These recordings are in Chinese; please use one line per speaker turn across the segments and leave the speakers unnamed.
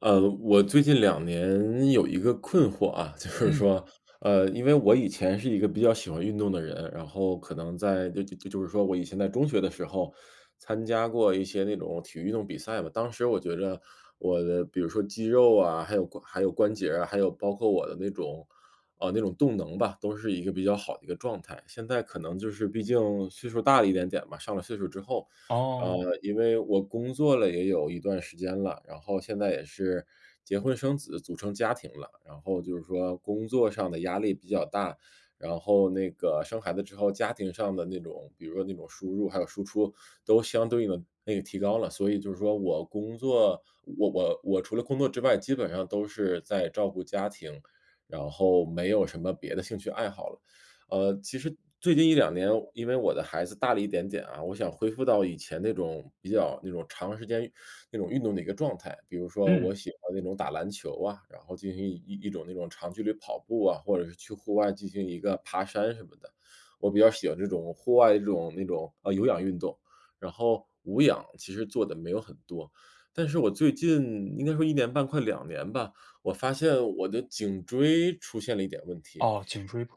我最近两年有一个困惑啊，就是
嗯。
说，因为我以前是一个比较喜欢运动的人，然后可能在就是说我以前在中学的时候参加过一些那种体育运动比赛吧，当时我觉着我的比如说肌肉啊，还有还有关节啊，还有包括我的那种，那种动能吧，都是一个比较好的一个状态。现在可能就是毕竟岁数大了一点点吧，上了岁数之后，呃，
哦。
因为我工作了也有一段时间了，然后现在也是结婚生子，组成家庭了。然后就是说工作上的压力比较大，然后那个生孩子之后，家庭上的那种，比如说那种输入还有输出，都相对应的那个提高了。所以就是说我除了工作之外，基本上都是在照顾家庭，然后没有什么别的兴趣爱好了。其实最近一两年，因为我的孩子大了一点点啊，我想恢复到以前那种比较那种长时间那种运动的一个状态。比如说我
嗯。
喜欢那种打篮球啊，然后进行一种那种长距离跑步啊，或者是去户外进行一个爬山什么的。我比较喜欢这种户外这种那种，有氧运动，然后无氧其实做的没有很多。但是我最近应该说一年半快两年吧，我发现我的颈椎出现了一点问题。
哦，颈椎不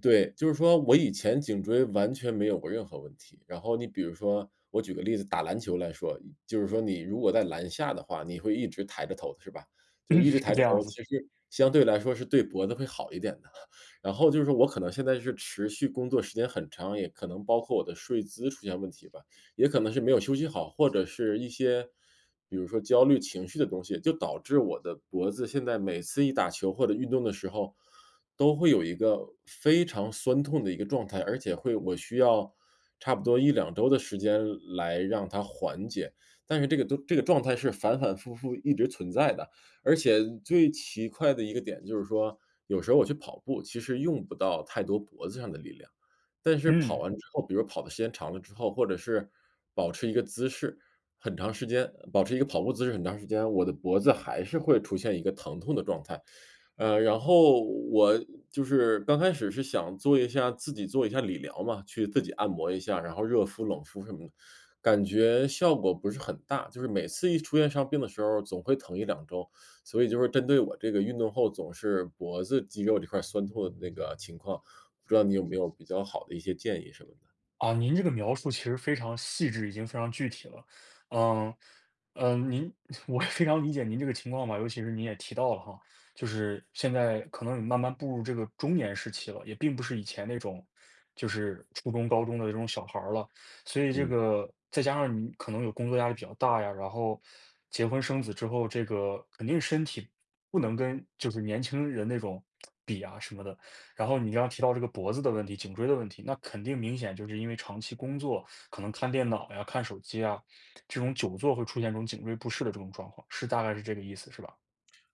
对，就是说我以前颈椎完全没有过任何问题。然后你比如说，我举个例子，打篮球来说，就是说你如果在篮下的话，你会一直抬着头，是吧？就是
嗯，
一直
是
抬
这
着
样
头，
子。
其实相对来说是对脖子会好一点的。然后就是说我可能现在是持续工作时间很长，也可能包括我的睡姿出现问题吧，也可能是没有休息好，或者是一些比如说焦虑情绪的东西，就导致我的脖子现在每次一打球或者运动的时候，都会有一个非常酸痛的一个状态，而且会我需要差不多一两周的时间来让它缓解。但是这个都这个状态是反反复复一直存在的，而且最奇怪的一个点就是说，有时候我去跑步，其实用不到太多脖子上的力量，但是跑
嗯。
完之后，比如跑的时间长了之后，或者是保持一个姿势保持一个跑步姿势很长时间，我的脖子还是会出现一个疼痛的状态。然后我就是刚开始是想做一下自己做一下理疗嘛，去自己按摩一下，然后热敷、冷敷什么的，感觉效果不是很大。就是每次一出现伤病的时候，总会疼一两周，所以就是针对我这个运动后总是脖子肌肉这块酸痛的那个情况，不知道你有没有比较好的一些建议什么的？
啊，您这个描述其实非常细致，已经非常具体了。嗯。嗯，您 我也非常理解您这个情况吧，尤其是您也提到了哈，就是现在可能你慢慢步入这个中年时期了，也并不是以前那种就是初中、高中的这种小孩儿了，所以这
嗯。
个再加上你可能有工作压力比较大呀，然后结婚生子之后，这个肯定身体不能跟就是年轻人那种比啊什么的，然后你刚刚提到这个脖子的问题、颈椎的问题，那肯定明显就是因为长期工作，可能看电脑呀、看手机啊，这种久坐会出现这种颈椎不适的这种状况，是大概是这个意思，是吧？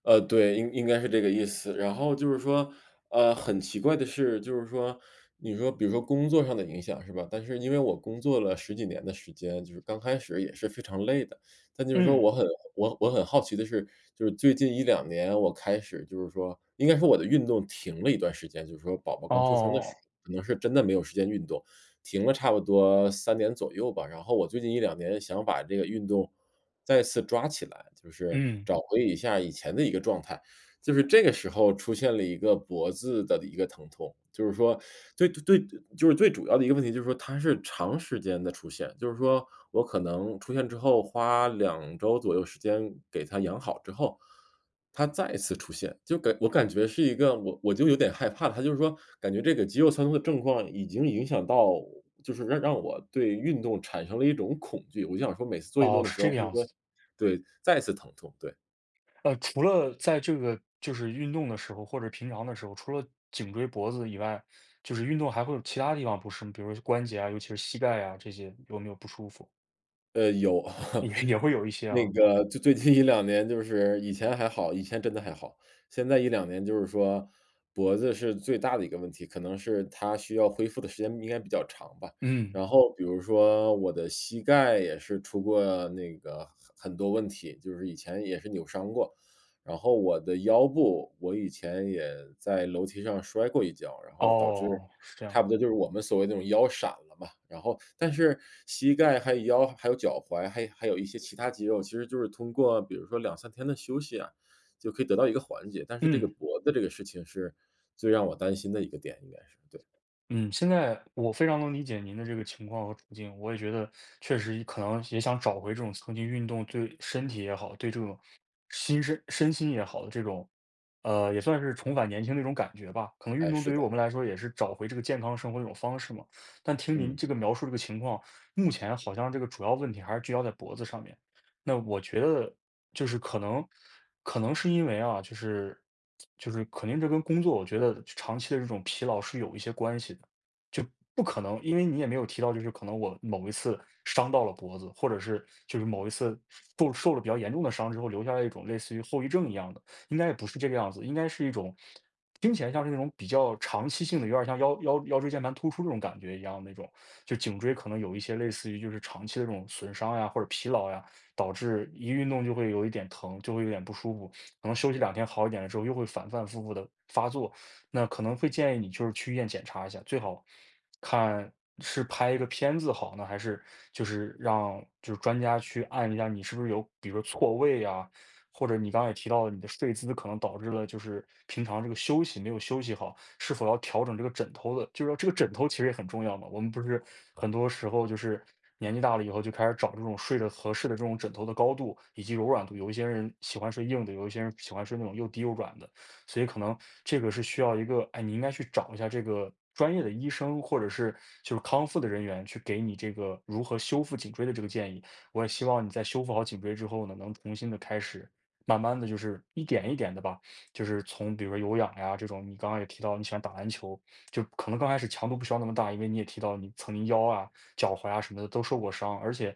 对，应该是这个意思。然后就是说，很奇怪的是，就是说，你说比如说工作上的影响是吧？但是因为我工作了十几年的时间，就是刚开始也是非常累的。但就是说
嗯。
我很好奇的是，就是最近一两年我开始就是说应该是我的运动停了一段时间，就是说宝宝刚出生的时
哦。
候，可能是真的没有时间运动。停了差不多三年左右吧。然后我最近一两年想把这个运动再次抓起来，就是
嗯。
找回一下以前的一个状态。就是这个时候出现了一个脖子的一个疼痛，就是说最最就是最主要的一个问题就是说它是长时间的出现，就是说我可能出现之后花两周左右时间给它养好之后，它再次出现，我感觉是一个我就有点害怕了，它就是说感觉这个肌肉酸痛的症状已经影响到就是让我对运动产生了一种恐惧，我就想说每次做运
哦，
动的
是
时候
这个
会
样
不
子
会
的。
对，再次疼痛，对。
除了在这个就是运动的时候，或者平常的时候，除了颈椎、脖子以外，就是运动还会有其他地方不适吗？比如说关节啊，尤其是膝盖啊，这些有没有不舒服？
有。
也 也会有一些
那
啊。
个就最近一两年就是以前还好，以前真的还好。现在一两年就是说脖子是最大的一个问题，可能是它需要恢复的时间应该比较长吧。
嗯。
然后比如说我的膝盖也是出过那个很多问题，就是以前也是扭伤过。然后我的腰部，我以前也在楼梯上摔过一跤，然后导致
哦，是这
差
样。
不多就是我们所谓那种腰闪了嘛。然后但是膝盖还有腰还有脚踝，还有一些其他肌肉，其实就是通过比如说两三天的休息啊，就可以得到一个缓解。但是这个
嗯。
脖子这个事情是最让我担心的一个点，应该是，对。
嗯，现在我非常能理解您的这个情况和处境，我也觉得确实可能也想找回这种曾经运动对身体也好，对这种心身身心也好的这种，也算是重返年轻的一种感觉吧。可能运
哎，
动
是
对于
的，
我们来说也是找回这个健康生活的一种方式嘛。但听您
嗯。
这个描述这个情况，目前好像这个主要问题还是聚焦在脖子上面。那我觉得就是可能是因为啊，就是肯定这跟工作，我觉得长期的这种疲劳是有一些关系的。就不可能，因为你也没有提到，就是可能我某一次伤到了脖子，或者是就是某一次受了比较严重的伤之后，留下来一种类似于后遗症一样的，应该也不是这个样子，应该是一种听起来像是那种比较长期性的，有点像腰椎间盘突出这种感觉一样那种，就颈椎可能有一些类似于就是长期的这种损伤呀，或者疲劳呀，导致一运动就会有一点疼，就会有点不舒服，可能休息两天好一点了之后，又会反反复复的发作。那可能会建议你就是去医院检查一下，最好看是拍一个片子好呢，还是就是让就是专家去按一下你是不是有，比如说错位啊，或者你刚刚也提到了你的睡姿可能导致了就是平常这个休息没有休息好，是否要调整这个枕头的？就是说这个枕头其实也很重要嘛。我们不是很多时候就是年纪大了以后就开始找这种睡着合适的这种枕头的高度以及柔软度，有一些人喜欢睡硬的，有一些人喜欢睡那种又低又软的，所以可能这个是需要一个，哎，你应该去找一下这个专业的医生或者是就是康复的人员去给你这个如何修复颈椎的这个建议。我也希望你在修复好颈椎之后呢，能重新的开始慢慢的就是一点一点的吧，就是从比如说有氧呀这种，你刚刚也提到你喜欢打篮球，就可能刚开始强度不需要那么大，因为你也提到你曾经腰啊、脚踝啊什么的都受过伤，而且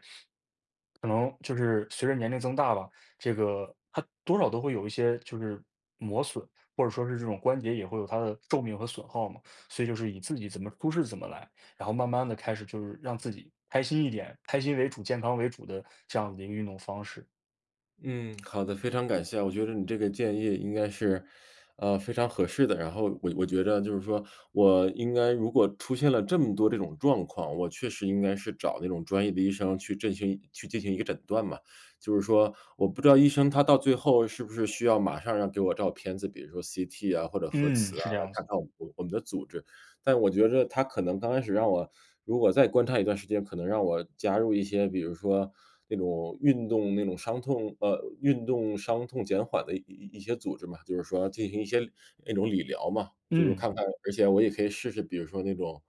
可能就是随着年龄增大吧，这个它多少都会有一些就是磨损，或者说是这种关节也会有它的寿命和损耗嘛，所以就是以自己怎么舒适怎么来，然后慢慢的开始就是让自己开心一点，开心为主、健康为主的这样子的一个运动方式。
嗯，好的，非常感谢啊我觉得你这个建议应该是，非常合适的。然后我觉着就是说，我应该如果出现了这么多这种状况，我确实应该是找那种专业的医生去进行一个诊断嘛。就是说，我不知道医生他到最后是不是需要马上要给我照片子，比如说 CT 啊或者核
嗯，
磁啊，
是这
来
样
看
子。
看我们的组织。但我觉着他可能刚开始让我如果再观察一段时间，可能让我加入一些，比如说那种运动伤痛减缓的一些组织嘛，就是说进行一些那种理疗嘛，就是
嗯。
看看而且我也可以试试，比如说那种，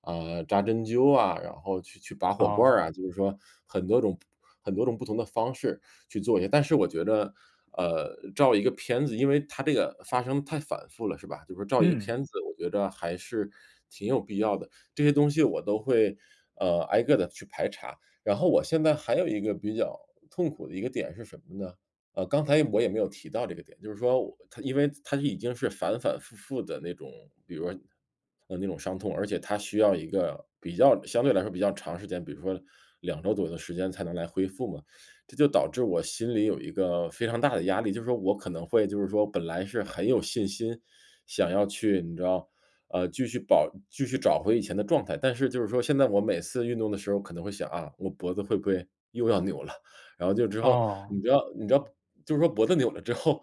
啊，扎针灸啊，然后去拔火罐
哦。
儿啊，就是说很多种很多种不同的方式。去做一下。但是我觉得，照一个片子，因为它这个发生太反复了，是吧？就是说照一个
嗯。
片子，我觉得还是挺有必要的。这些东西我都会，挨个的去排查。然后我现在还有一个比较痛苦的一个点是什么呢？刚才我也没有提到这个点，就是说因为它已经是反反复复的那种，比如说，那种伤痛，而且它需要一个相对来说比较长时间，比如说两周左右的时间才能来恢复嘛。这就导致我心里有一个非常大的压力，就是说我可能会就是说本来是很有信心，想要去你知道，继续找回以前的状态，但是就是说现在我每次运动的时候可能会想啊，我脖子会不会又要扭了？然后就之后
哦。
你知道你知道就是说脖子扭了之后，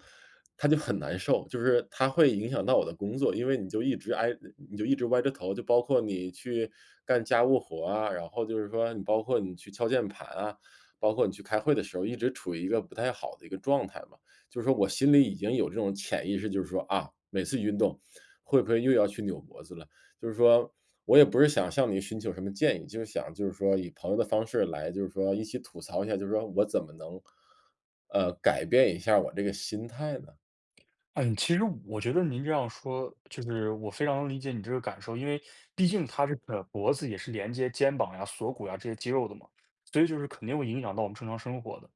它就很难受，就是它会影响到我的工作，因为你就一直歪着头，就包括你去干家务活啊，然后就是说包括你去敲键盘啊，包括你去开会的时候，一直处于一个不太好的一个状态嘛。就是说我心里已经有这种潜意识，就是说啊，每次运动会不会又要去扭脖子了？就是说我也不是想向你寻求什么建议，就是想就是说以朋友的方式来，就是说一起吐槽一下，就是说我怎么能，改变一下我这个心态呢？
嗯，其实我觉得您这样说，就是我非常能理解你这个感受，因为毕竟它这个脖子也是连接肩膀呀、锁骨呀这些肌肉的嘛，所以就是肯定会影响到我们正常生活的。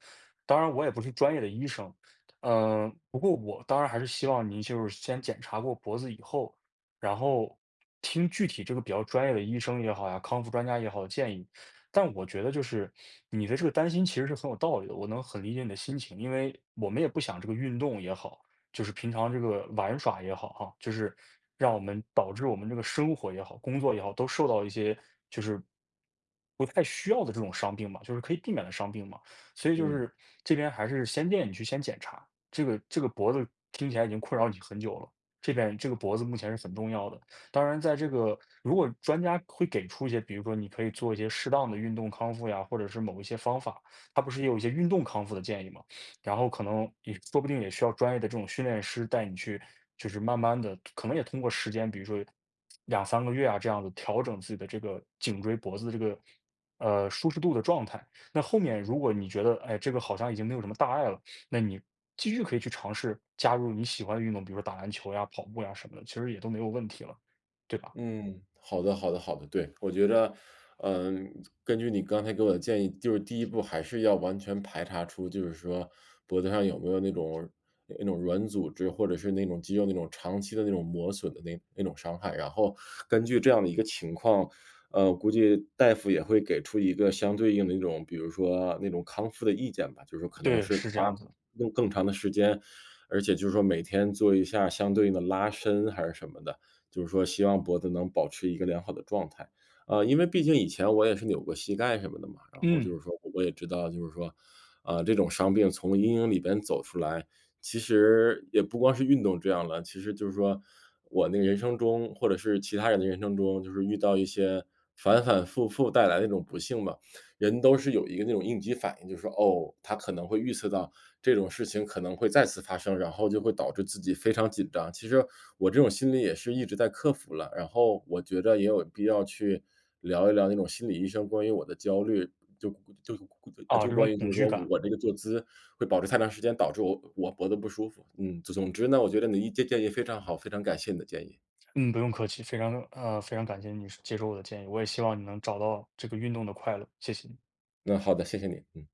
当然，我也不是专业的医生，嗯、不过我当然还是希望您就是先检查过脖子以后，然后听具体这个比较专业的医生也好呀、康复专家也好的建议。但我觉得就是你的这个担心其实是很有道理的，我能很理解你的心情，因为我们也不想这个运动也好。就是平常这个玩耍也好哈，就是让我们导致我们这个生活也好、工作也好，都受到一些就是不太需要的这种伤病嘛，就是可以避免的伤病嘛。所以就
嗯。
是这边还是先建议你去先检查，这个脖子听起来已经困扰你很久了。这边这个脖子目前是很重要的，当然，在这个如果专家会给出一些，比如说你可以做一些适当的运动康复呀，或者是某一些方法，他不是也有一些运动康复的建议吗？然后可能也说不定也需要专业的这种训练师带你去，就是慢慢的，可能也通过时间，比如说两三个月啊这样子调整自己的这个颈椎脖子的这个舒适度的状态。那后面如果你觉得哎这个好像已经没有什么大碍了，那你继续可以去尝试加入你喜欢的运动，比如说打篮球呀、跑步呀什么的，其实也都没有问题了，对吧？
嗯，好的，好的，好的。对，我觉着，嗯，根据你刚才给我的建议，就是第一步还是要完全排查出，就是说脖子上有没有那种软组织，或者是那种肌肉那种长期的那种磨损的那种伤害。然后根据这样的一个情况，估计大夫也会给出一个相对应的那种，比如说那种康复的意见吧，就是说可能
对，
是
是这样
花
子。
更长的时间，而且就是说每天做一下相对应的拉伸还是什么的。就是说希望脖子能保持一个良好的状态。因为毕竟以前我也是扭过膝盖什么的嘛，然后就
嗯，
是说我也知道，就是说，啊，这种伤病从阴影里边走出来，其实也不光是运动这样了，其实就是说我那个人生中，或者是其他人的人生中，就是遇到一些反反复复带来的那种不幸吧，人都是有一个那种应激反应，就是说，哦，他可能会预测到这种事情可能会再次发生，然后就会导致自己非常紧张。其实我这种心理也是一直在克服了，然后我觉得也有必要去聊一聊那种心理医生关于我的焦虑，就就
啊，
就
这种
关于就
恐
是
惧
说
感。
我这个坐姿会保持太长时间，导致我脖子不舒服。嗯，总之呢，我觉得你的建议非常好，非常感谢你的建议。
嗯，不用客气，非常非常感谢你接受我的建议，我也希望你能找到这个运动的快乐，谢谢你。
那好的，谢谢你，嗯。